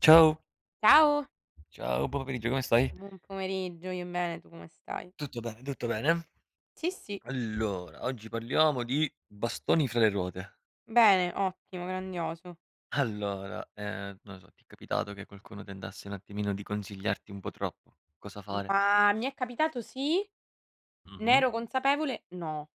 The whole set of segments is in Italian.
Ciao, Ciao, ciao, buon pomeriggio, come stai? buon pomeriggio, io bene, tu come stai? Tutto bene, tutto bene. Sì, sì, Allora, oggi parliamo di bastoni fra le ruote. bene, ottimo, grandioso. Allora, non lo so, ti è capitato che qualcuno tentasse un attimino di consigliarti un po' troppo cosa fare? Ma mi è capitato sì, ne Mh-mh, ero consapevole? No.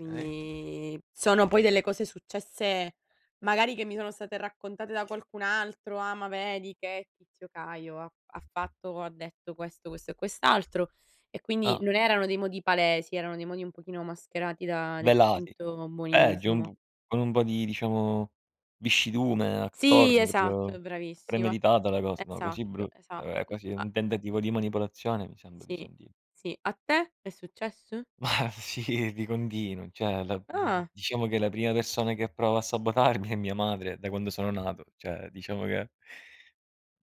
okay. sono poi delle cose successe magari che mi sono state raccontate da qualcun altro: "Ah, ma vedi che tizio Caio ha fatto, ha detto questo, questo e quest'altro." E quindi Ah, non erano dei modi palesi, erano dei modi un pochino mascherati da del velati. finto Peggio, un buonismo. p con un po' di diciamo viscidume Sì, attorno, esatto, proprio è bravissimo. premeditata la cosa. No, così Esatto, bru esatto. quasi A un tentativo di manipolazione mi sembra di sì, sentire. sì. A te è successo? Ma sì, di continuo, cioè la Ah, diciamo che la prima persona che prova a sabotarmi è mia madre da quando sono nato, cioè diciamo che,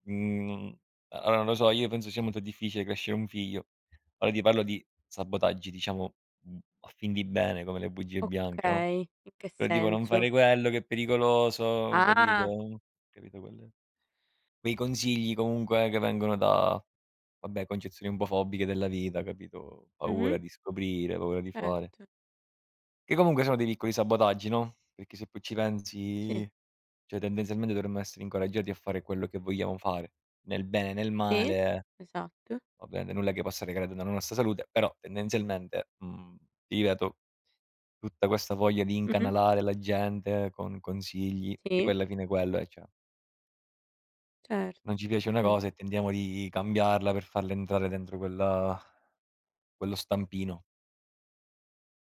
mhmm, allora non lo so, io penso sia molto difficile crescere un figlio. Ora ti parlo di sabotaggi diciamo, a fin di bene come le bugie bianche, no, okay. In che però tipo non senso? fare quello che è pericoloso, Ah, capito, capito quelle quei consigli comunque che vengono da, vabbè, concezioni un po' fobiche della vita, capito, paura mh-mh, di scoprire, paura di fare. certo. Che comunque sono dei piccoli sabotaggi, no, perché se poi ci pensi, Sì, cioè tendenzialmente dovremmo essere incoraggiati a fare quello che vogliamo fare, nel bene e nel sì, male, esatto. ovviamente nulla che possa recare danno alla nostra salute, però tendenzialmente, ti ripeto, tutta questa voglia di Mh-mh, incanalare la gente con consigli, che poi sì, alla fine quello è, cioè certo, non ci piace una cer cosa e tendiamo di cambiarla per farla entrare dentro quella quello stampino.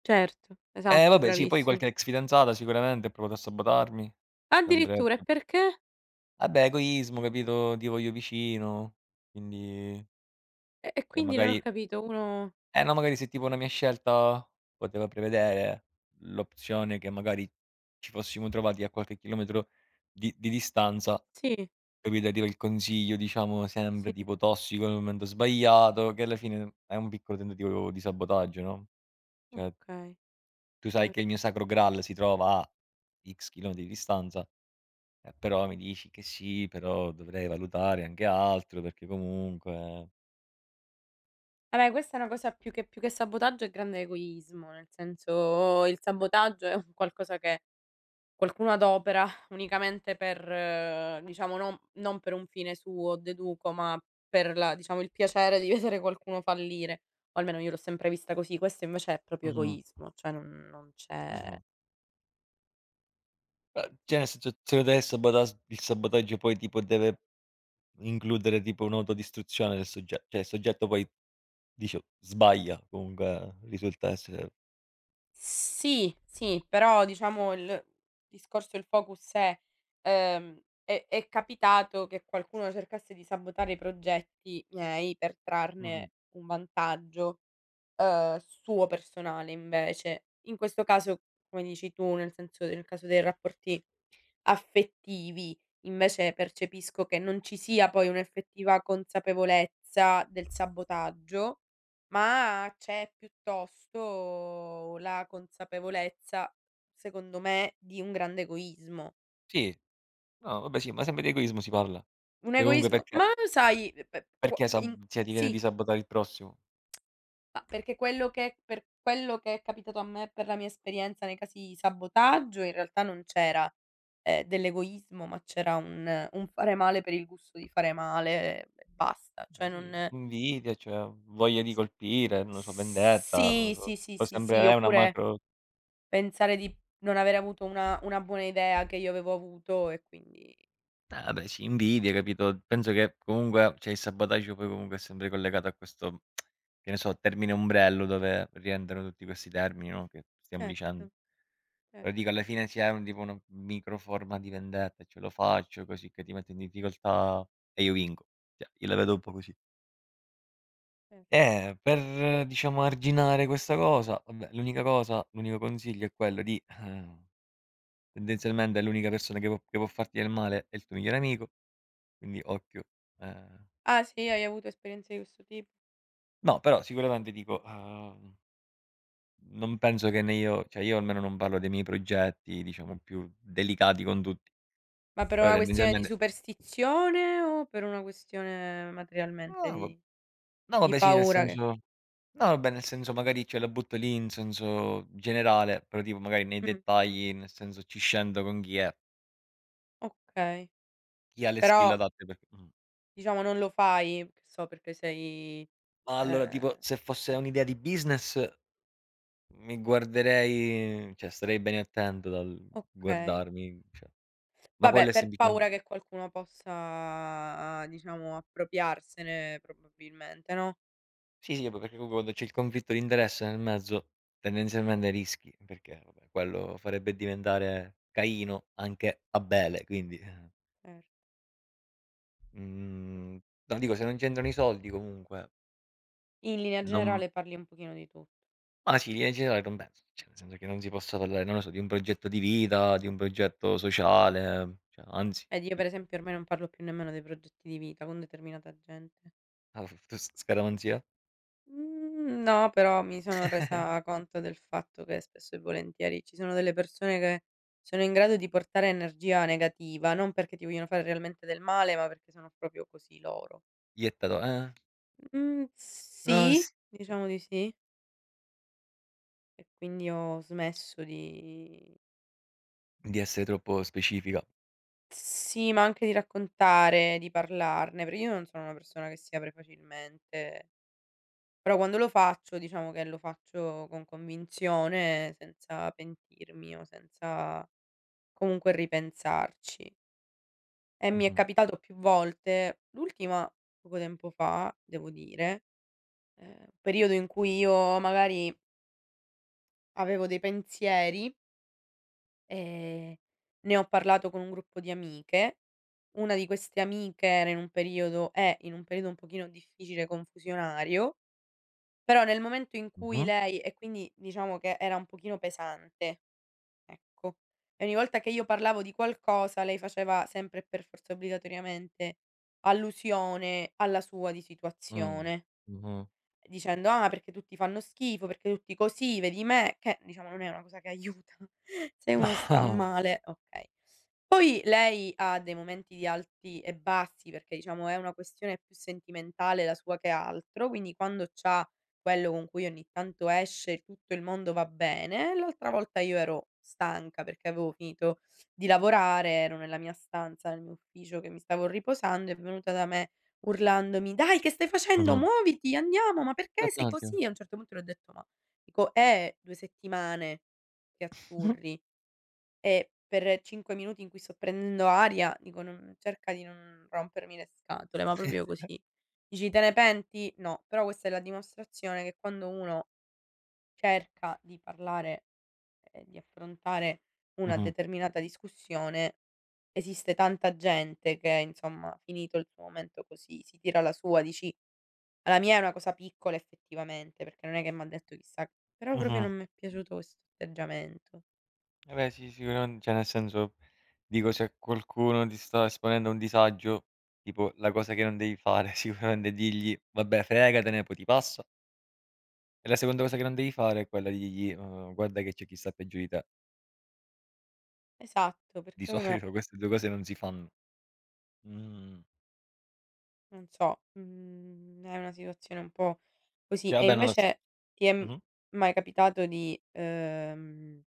certo, Eh esatto, vabbè sì, poi bravissimo. qualche ex fidanzata sicuramente ha provato a sabotarmi, sempre Addirittura, e perché? vabbè egoismo, capito, ti voglio vicino, quindi E cioè quindi non ho magari capito, uno eh no, magari se tipo una mia scelta poteva prevedere l'opzione che magari ci fossimo trovati a qualche chilometro di distanza, sì, capito, arriva il consiglio diciamo sempre sì, tipo tossico nel momento sbagliato, che alla fine è un piccolo tentativo di sabotaggio, no, cioè okay, tu sai cer che il mio sacro graal si trova a X chilometri di distanza. Però mi dici che sì, però dovrei valutare anche altro perché comunque vabbè, questa è una cosa più che sabotaggio è grande egoismo, nel senso il sabotaggio è un qualcosa che qualcuno ad opera unicamente per diciamo non per un fine suo, deduco, ma per la diciamo il piacere di vedere qualcuno fallire, o almeno io l'ho sempre vista così. Questo invece è proprio mh-mh, egoismo, cioè non c'è mh-mh. Cioè nel senso, se lo deve sabotas il sabotaggio poi tipo deve includere tipo un'autodistruzione del sogge cioè il soggetto poi dice sbaglia, comunque risulta essere sì, sì, però diciamo il discorso, il focus è, è capitato che qualcuno cercasse di sabotare i progetti miei per mh-mh. trarne un vantaggio. Suo personale invece. In questo caso, come dici tu, nel senso nel caso dei rapporti affettivi, invece percepisco che non ci sia poi un'effettiva consapevolezza del sabotaggio, ma c'è piuttosto la consapevolezza, secondo me, di un grande egoismo. Sì, no vabbè sì, ma sempre di egoismo si parla. Un Cioè comunque egoismo ma perché sai, p qua perché in sab cioè ti sì. viene di sabotare il prossimo? Ma perché quello che per quello che è capitato a me, per la mia esperienza nei casi di sabotaggio, in realtà non c'era, dell'egoismo, ma c'era un fare male per il gusto di fare male e basta. Cioè Eh non sì, invidia, cioè voglia di colpire, non lo so, vendetta, non lo sì, sì, so, sì, può sì, sì, sembrare una oppure macro. pensare di non avere avuto una buona idea che io avevo avuto e quindi Ah beh, sì, invidia, capito, penso che comunque cioè, il sabotaggio poi comunque è sempre collegato a questo, che ne so, termine ombrello dove rientrano tutti questi termini, no, che stiamo certo, dicendo. cer Però dico alla fine c'è un tipo una microforma di vendetta, ce lo faccio così che ti metto in difficoltà e io vinco. Cioè, io la vedo un po' così. cer Per diciamo arginare questa cosa, vabbè, l'unica cosa, l'unico consiglio è quello di tendenzialmente l'unica persona che può farti del male è il tuo migliore amico, quindi occhio, ehm ah sì, hai avuto esperienze di questo tipo? no, però sicuramente dico, non penso che né io cioè io almeno non parlo dei miei progetti, diciamo, più delicati con tutti, Ma per però una questione di tendenzialmente superstizione o per una questione materialmente no, va di no Di vabbè sì, nel paura che senso no vabbè, nel senso magari ce la butto lì in senso generale, però tipo magari nei mh, dettagli, nel senso ci scendo con chi è, okay. chi ha le skill Però adatte perché. diciamo non lo fai, che so, perché sei Ma ehm, allora tipo se fosse eh, un'idea di business mi guarderei cioè starei bene attento dal okay. guardarmi, cioè ma quello Vabbè, è per paura semplicemente che qualcuno possa diciamo appropriarsene probabilmente, no, sì, sì, vabbè, perché comunque quando c'è il conflitto di interesse nel mezzo, tendenzialmente rischi, perché vabbè, quello farebbe diventare Caino anche Abele, quindi, cer mhmm, no, dico, se non c'entrano i soldi comunque in linea non generale parli un pochino di tutto. ma sì, in linea generale non penso, cioè nel senso che non si possa parlare, non lo so, di un progetto di vita, di un progetto sociale, cioè anzi, Ed io di per esempio ormai non parlo più nemmeno dei progetti di vita con determinata gente. ah, s scaramanzia? Mhmm, no, però mi sono resa conto del fatto che spesso e volentieri ci sono delle persone che sono in grado di portare energia negativa, non perché ti vogliono fare realmente del male, ma perché sono proprio così loro. Iettato Mhmm, non s sì, diciamo di sì. E quindi ho smesso di di essere troppo specifica. sì, ma anche di raccontare, di parlarne, perché io non sono una persona che si apre facilmente, però quando lo faccio diciamo che lo faccio con convinzione, senza pentirmi o senza comunque ripensarci. E mi è Mh-mh. capitato più volte, l'ultima poco tempo fa devo dire, periodo in cui io magari avevo dei pensieri, e ne ho parlato con un gruppo di amiche. Una di queste amiche era in un periodo è in un periodo un pochino difficile, confusionario, però nel momento in cui Mh-mh. lei e quindi diciamo che era un pochino pesante ecco. E ogni volta che io parlavo di qualcosa lei faceva sempre e per forza obbligatoriamente allusione alla sua di Mh. situazione, Mh-mh. dicendo: "Ah, perché tutti fanno schifo, perché tutti così, vedi me", che diciamo non è una cosa che aiuta. Se uno sta male okay. Poi lei ha dei momenti di alti e bassi, perché diciamo è una questione più sentimentale la sua che altro, quindi quando c'ha quello con cui ogni tanto esce tutto il mondo va bene, l'altra volta io ero stanca perché avevo finito di lavorare, ero nella mia stanza, nel mio ufficio che mi stavo riposando, è venuta da me urlandomi: "Dai che stai facendo? Mh. Muoviti, andiamo, ma perché sei L'Atlantico. così?" E a un certo punto le ho detto: "Ma" dico, "è 2 settimane che Mh-mh. atturri." E per 5 minuti in cui sto prendendo aria, dico: "Non cerca di non rompermi le scatole", ma proprio così. Dici: "Te ne penti?" No, però questa è la dimostrazione che quando uno cerca di parlare e di affrontare una Mh-mh. determinata discussione, esiste tanta gente che, insomma, finito il suo momento così, si tira la sua, dici: "Ah, la mia è una cosa piccola effettivamente, perché non è che m'ha detto chissà" però proprio Mh-mh. non mi è piaciuto questo atteggiamento. Eh beh, sì, sicuramen cioè nel senso, dico se qualcuno ti sta esponendo a un disagio, tipo la cosa che non devi fare sicuramente è digli: "Vabbè fregatene, poi ti passa." E la seconda cosa che non devi fare è quella di dirgli: " guarda che c'è chi sta peggio di te." Esatto, Di perché uno solito queste 2 cose non si fanno. Mh. non so, mhmm, è una situazione un po' così. E E vabbè non lo so. invece ti è m Mh-mh. mai capitato di,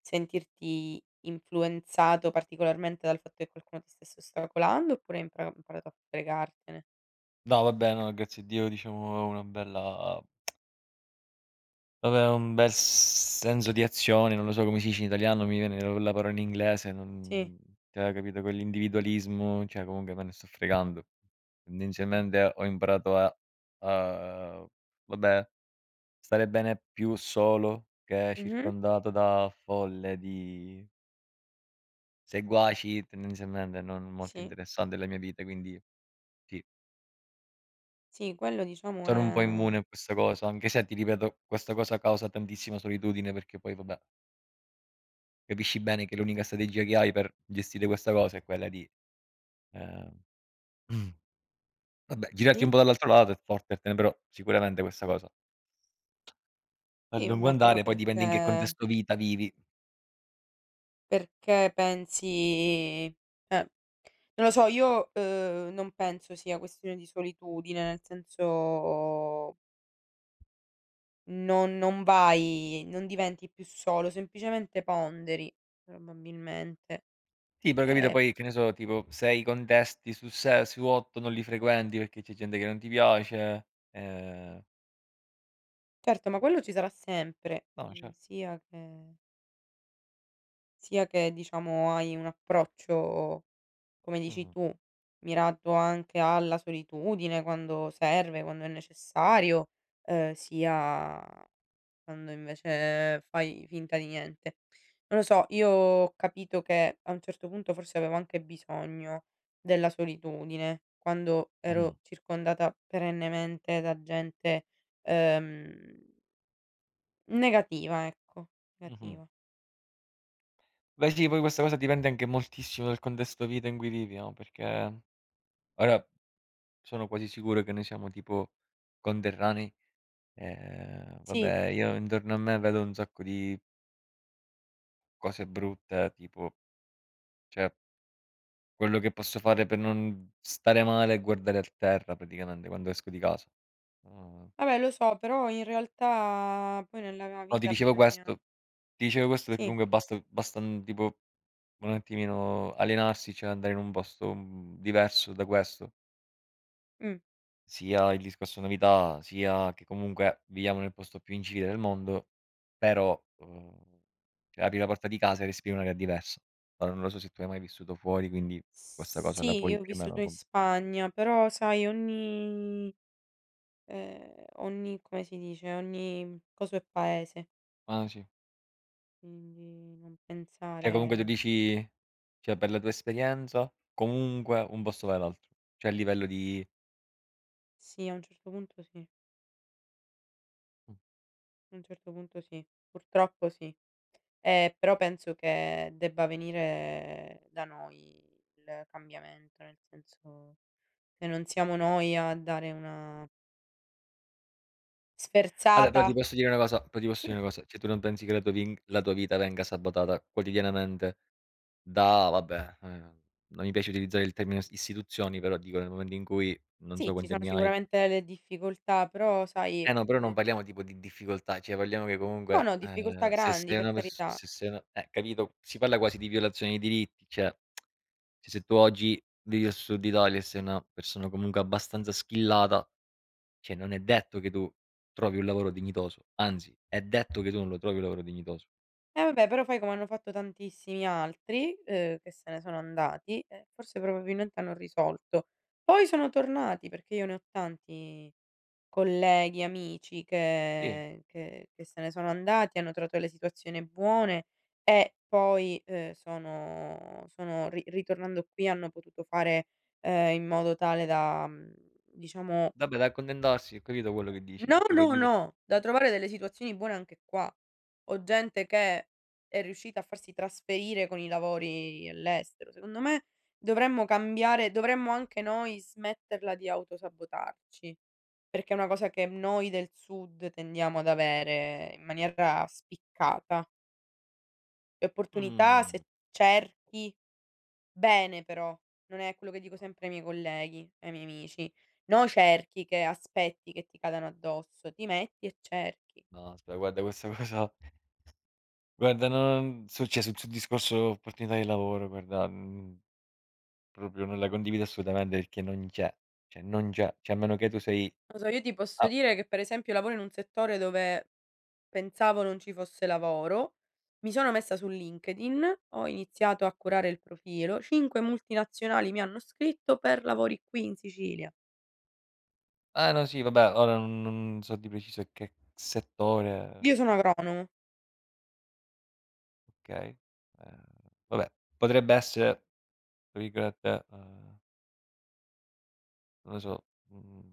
sentirti influenzato particolarmente dal fatto che qualcuno ti stesse ostacolando, oppure hai impara imparato a fregartene? No vabbè, no grazie a Dio diciamo ho una bella vabbè, un bel s- senso di azione, non lo so come si dice in italiano, mi viene la parola in inglese, Sì. non cioè capito, quell'individualismo, cioè comunque me ne sto fregando. Mh. Tendenzialmente ho imparato a a vabbè, stare bene più solo che Mh-mh. circondato da folle di seguaci, tendenzialmente non molto Sì. interessante la mia vita, quindi sì, Sì, quello diciamo sono un po' è immune a questa cosa, anche se ti ripeto, questa cosa causa tantissima solitudine perché poi vabbè capisci bene che l'unica strategia che hai per gestire questa cosa è quella di, ehm, vabbè girarti un di? po' dall'altro lato e fottertene, però sicuramente questa cosa a Sì, lungo vabbè, però andare poi dipende in che perché contesto vita vivi. perché pensi eh, non lo so, io, non penso sia questione di solitudine, nel senso non non vai non diventi più solo, semplicemente ponderi, probabilmente. Sì, però capito Eh, poi, che ne so, tipo 6 contesti su se su 8 non li frequenti perché c'è gente che non ti piace, ehm, certo, ma mhmm, quello ci sarà sempre, no mhmm, certo. Sia che diciamo hai un approccio, come dici Mh-mh, tu, mirato anche alla solitudine quando serve, quando è necessario, sia quando invece fai finta di niente. Non lo so, io ho capito che a un certo punto forse avevo anche bisogno della solitudine, quando mh-mh, ero circondata perennemente da gente, ehm, negativa, ecco, mh-mh. negativa. Beh sì, poi questa cosa dipende anche moltissimo dal contesto vita in cui vivi, no, perché ora sono quasi sicuro che noi siamo tipo conterranei. Sì, Vabbè, io intorno a me vedo un sacco di cose brutte, tipo, cioè, quello che posso fare per non stare male è guardare a terra praticamente quando esco di casa. Uhm, vabbè lo so, però in realtà poi nella no, ti vita dicevo bisogna questo ti dicevo questo perché sì, comunque basta, tipo un attimino allenarsi, cioè andare in un posto, diverso da questo. mh. Sia il discorso novità, sia che comunque viviamo nel posto più incivile del mondo, però, cioè apri la porta di casa e respiri un'aria diversa. Ora non lo so se tu hai mai vissuto fuori, quindi questa cosa la Sì, puoi io ho più o vissuto meno in com Spagna, però sai ogni ogni come si dice, ogni coso è paese, ah sì, quindi non cioè comunque tu pensare dici cioè per la tua esperienza comunque un posto va all'altro, cioè a livello di sì, a un certo punto sì, mh. a un certo punto sì, purtroppo sì. Però penso che debba venire da noi il cambiamento, nel senso, se non siamo noi a dare una Vabbè sferzata però ti posso dire una cosa però ti posso dire sì, una cosa, cioè tu non pensi che la tua vin la tua vita venga sabotata quotidianamente da vabbè, non mi piace utilizzare il termine is istituzioni, però dico nel momento in cui non so sì, ci quanti sono anni hai. sicuramente le difficoltà, però sai, Eh no, però non mhmm, parliamo tipo di difficoltà, cioè parliamo che no, no, comunque, difficoltà se grandi sei per una pers carità. se sei una capito, si parla quasi di violazione dei diritti, cioè cioè, se tu oggi vivi al sud Italia e sei una persona comunque abbastanza skillata, cioè non è detto che tu trovi un lavoro dignitoso, anzi è detto che tu non lo trovi un lavoro dignitoso. Eh vabbè, però fai come hanno fatto tantissimi altri, che se ne sono andati e forse probabilmente hanno risolto. Poi sono tornati, perché io ne ho tanti colleghi, amici Sì, che se ne sono andati, hanno trovato le situazioni buone e poi, sono ri ritornando qui hanno potuto fare, in modo tale da, mhmm, diciamo vabbè da accontentarsi, ho capito quello che dici, no, perché poi no, dico: no, da trovare delle situazioni buone anche qua. Ho gente che è riuscita a farsi trasferire con i lavori all'estero. Secondo me dovremmo cambiare dovremmo anche noi smetterla di autosabotarci, perché è una cosa che noi del Sud tendiamo ad avere in maniera spiccata. Le opportunità "Mhmm". se cerchi bene però, non è quello che dico sempre ai miei colleghi, ai miei amici. No cerchi che aspetti che ti cadano addosso, ti metti e cerchi. No, aspe guarda questa cosa guarda non su cioè sul sul discorso opportunità di lavoro guarda, proprio non la condivido assolutamente perché non c'è, cioè non c'è, cioè a meno che tu sei Non so, io ti posso ah, dire che per esempio lavoro in un settore dove pensavo non ci fosse lavoro, mi sono messa su LinkedIn, ho iniziato a curare il profilo, 5 multinazionali mi hanno scritto per lavori qui in Sicilia. ah no sì vabbè ora non non so di preciso che settore, Io sono agronomo. okay, ehm, vabbè potrebbe essere tra virgolette, non lo so,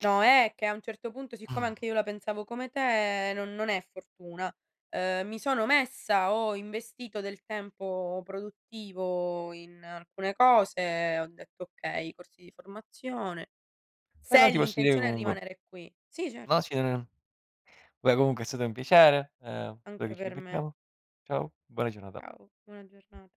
No, è che a un certo punto, siccome anche io la pensavo come te, non è fortuna. Mi sono messa, ho investito del tempo produttivo in alcune cose, ho detto: "Okay, corsi di formazione", però se ti posso dire che l'intenzione è comunque rimanere qui. Sì, certo, no sì, non è- vabbè comunque è stato un piacere, spero anche che ci per me. ribecchiamo. Ciao, buona giornata. Ciao, buona giornata.